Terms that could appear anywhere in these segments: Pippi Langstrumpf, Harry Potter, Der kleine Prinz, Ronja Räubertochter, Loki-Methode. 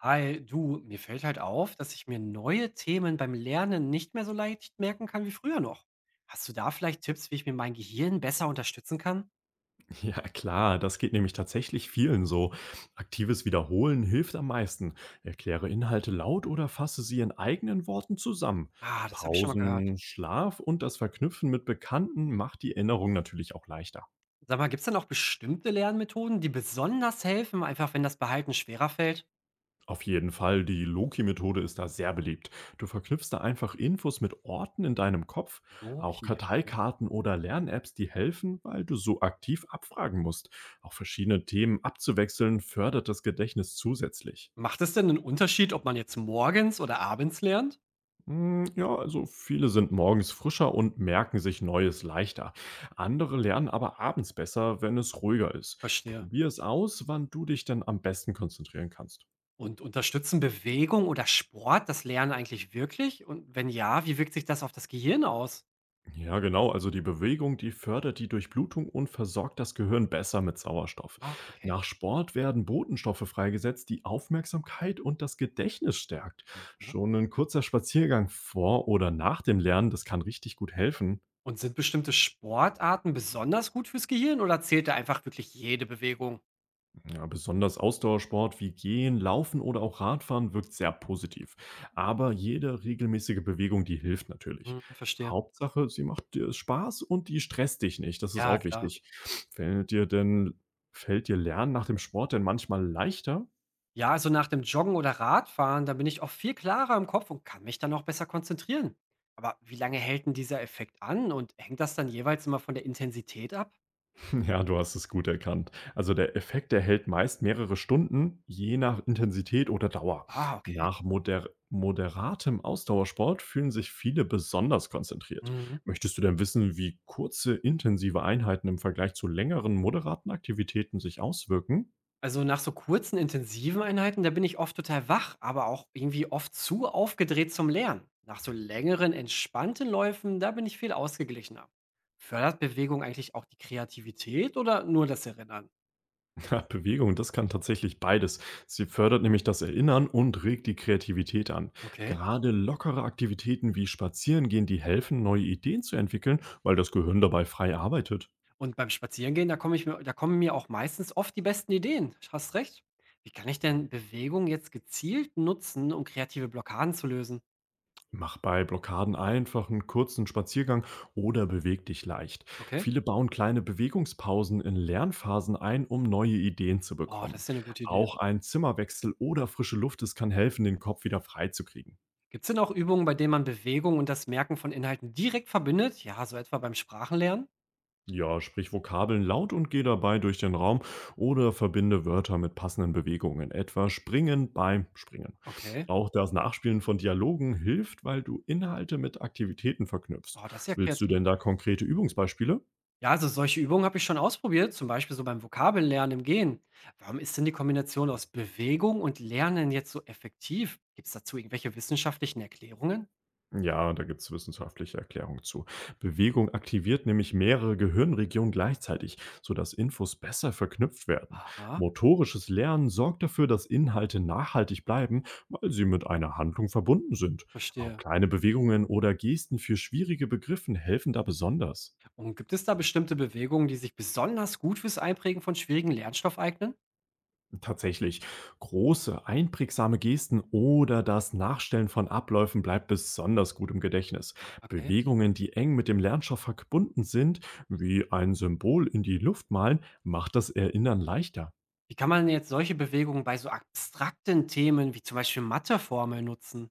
Hi, du, mir fällt halt auf, dass ich mir neue Themen beim Lernen nicht mehr so leicht merken kann wie früher noch. Hast du da vielleicht Tipps, wie ich mir mein Gehirn besser unterstützen kann? Ja, klar, das geht nämlich tatsächlich vielen so. Aktives Wiederholen hilft am meisten. Erkläre Inhalte laut oder fasse sie in eigenen Worten zusammen. Ah, das habe ich schon mal gehört. Pausen, Schlaf und das Verknüpfen mit Bekannten macht die Erinnerung natürlich auch leichter. Sag mal, gibt es denn auch bestimmte Lernmethoden, die besonders helfen, einfach wenn das Behalten schwerer fällt? Auf jeden Fall, die Loki-Methode ist da sehr beliebt. Du verknüpfst da einfach Infos mit Orten in deinem Kopf, auch Loki. Okay. Karteikarten oder Lern-Apps, die helfen, weil du so aktiv abfragen musst. Auch verschiedene Themen abzuwechseln fördert das Gedächtnis zusätzlich. Macht es denn einen Unterschied, ob man jetzt morgens oder abends lernt? Ja, also viele sind morgens frischer und merken sich Neues leichter. Andere lernen aber abends besser, wenn es ruhiger ist. Verstehe. Probier es aus, wann du dich denn am besten konzentrieren kannst. Und unterstützen Bewegung oder Sport das Lernen eigentlich wirklich? Und wenn ja, wie wirkt sich das auf das Gehirn aus? Ja, genau, also die Bewegung, die fördert die Durchblutung und versorgt das Gehirn besser mit Sauerstoff. Ah, okay. Nach Sport werden Botenstoffe freigesetzt, die Aufmerksamkeit und das Gedächtnis stärkt. Schon ein kurzer Spaziergang vor oder nach dem Lernen, das kann richtig gut helfen. Und sind bestimmte Sportarten besonders gut fürs Gehirn oder zählt da einfach wirklich jede Bewegung? Ja, besonders Ausdauersport wie Gehen, Laufen oder auch Radfahren wirkt sehr positiv. Aber jede regelmäßige Bewegung, die hilft natürlich. Hm, verstehe. Hauptsache, sie macht dir Spaß und die stresst dich nicht. Das ist Ja, auch klar. wichtig. Fällt dir denn, Fällt dir Lernen nach dem Sport denn manchmal leichter? Ja, also nach dem Joggen oder Radfahren, da bin ich auch viel klarer im Kopf und kann mich dann auch besser konzentrieren. Aber wie lange hält denn dieser Effekt an und hängt das dann jeweils immer von der Intensität ab? Ja, du hast es gut erkannt. Also der Effekt erhält meist mehrere Stunden, je nach Intensität oder Dauer. Ah, okay. Nach moderatem Ausdauersport fühlen sich viele besonders konzentriert. Mhm. Möchtest du denn wissen, wie kurze, intensive Einheiten im Vergleich zu längeren, moderaten Aktivitäten sich auswirken? Also, nach so kurzen, intensiven Einheiten, da bin ich oft total wach, aber auch irgendwie oft zu aufgedreht zum Lernen. Nach so längeren, entspannten Läufen, da bin ich viel ausgeglichener. Fördert Bewegung eigentlich auch die Kreativität oder nur das Erinnern? Ja, Bewegung, das kann tatsächlich beides. Sie fördert nämlich das Erinnern und regt die Kreativität an. Okay. Gerade lockere Aktivitäten wie Spazierengehen, die helfen, neue Ideen zu entwickeln, weil das Gehirn dabei frei arbeitet. Und beim Spazierengehen, da kommen mir auch meistens oft die besten Ideen. Hast recht. Wie kann ich denn Bewegung jetzt gezielt nutzen, um kreative Blockaden zu lösen? Mach bei Blockaden einfach einen kurzen Spaziergang oder beweg dich leicht. Okay. Viele bauen kleine Bewegungspausen in Lernphasen ein, um neue Ideen zu Oh, das bekommen. ist ja eine gute Idee. Auch ein Zimmerwechsel oder frische Luft, es kann helfen, den Kopf wieder freizukriegen. Gibt es denn auch Übungen, bei denen man Bewegung und das Merken von Inhalten direkt verbindet? Ja, so etwa beim Sprachenlernen? Ja, sprich Vokabeln laut und geh dabei durch den Raum oder verbinde Wörter mit passenden Bewegungen, etwa springen beim Springen. Okay. Auch das Nachspielen von Dialogen hilft, weil du Inhalte mit Aktivitäten verknüpfst. Oh, das ist ja Willst du kreativ. denn da konkrete Übungsbeispiele? Ja, also solche Übungen habe ich schon ausprobiert, zum Beispiel so beim Vokabellernen im Gehen. Warum ist denn die Kombination aus Bewegung und Lernen jetzt so effektiv? Gibt es dazu irgendwelche wissenschaftlichen Erklärungen? Ja, da gibt's wissenschaftliche Erklärungen zu. Bewegung aktiviert nämlich mehrere Gehirnregionen gleichzeitig, sodass Infos besser verknüpft werden. Aha, Motorisches Lernen sorgt dafür, dass Inhalte nachhaltig bleiben, weil sie mit einer Handlung verbunden sind. Auch verstehe. kleine Bewegungen oder Gesten für schwierige Begriffe helfen da besonders. Und gibt es da bestimmte Bewegungen, die sich besonders gut fürs Einprägen von schwierigen Lernstoff eignen? Tatsächlich. Große, einprägsame Gesten oder das Nachstellen von Abläufen bleibt besonders gut im Gedächtnis. Ah, okay. Bewegungen, die eng mit dem Lernstoff verbunden sind, wie ein Symbol in die Luft malen, macht das Erinnern leichter. Wie kann man jetzt solche Bewegungen bei so abstrakten Themen wie zum Beispiel Matheformeln nutzen?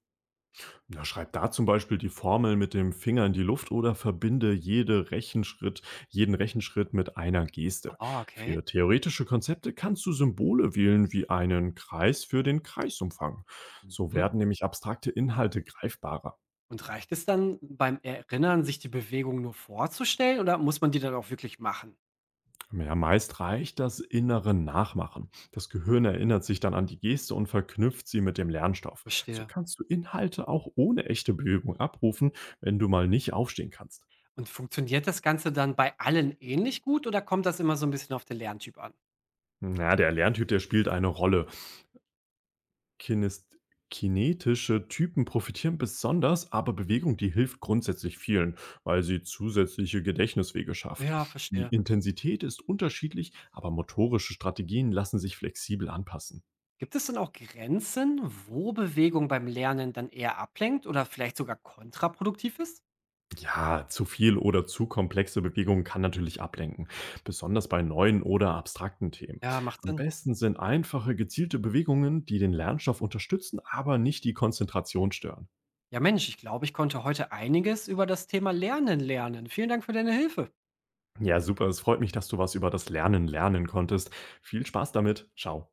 Na, schreib da zum Beispiel die Formel mit dem Finger in die Luft oder verbinde jeden Rechenschritt mit einer Geste. Ah, okay. Für theoretische Konzepte kannst du Symbole wählen wie einen Kreis für den Kreisumfang. So Mhm. werden nämlich abstrakte Inhalte greifbarer. Und reicht es dann beim Erinnern, sich die Bewegung nur vorzustellen oder muss man die dann auch wirklich machen? Ja, meist reicht das innere Nachmachen. Das Gehirn erinnert sich dann an die Geste und verknüpft sie mit dem Lernstoff. So Verstehe. kannst du Inhalte auch ohne echte Bewegung abrufen, wenn du mal nicht aufstehen kannst. Und funktioniert das Ganze dann bei allen ähnlich gut oder kommt das immer so ein bisschen auf den Lerntyp an? Na, der Lerntyp, der spielt eine Rolle. Kinest kinetische Typen profitieren besonders, aber Bewegung, die hilft grundsätzlich vielen, weil sie zusätzliche Gedächtniswege schafft. Ja, Die verstehe. Intensität ist unterschiedlich, aber motorische Strategien lassen sich flexibel anpassen. Gibt es dann auch Grenzen, wo Bewegung beim Lernen dann eher ablenkt oder vielleicht sogar kontraproduktiv ist? Ja, zu viel oder zu komplexe Bewegungen kann natürlich ablenken, besonders bei neuen oder abstrakten Themen. Ja, macht Am Sinn. besten sind einfache, gezielte Bewegungen, die den Lernstoff unterstützen, aber nicht die Konzentration stören. Ja Mensch, ich glaube, ich konnte heute einiges über das Thema Lernen lernen. Vielen Dank für deine Hilfe. Ja, super, es freut mich, dass du was über das Lernen lernen konntest. Viel Spaß damit. Ciao.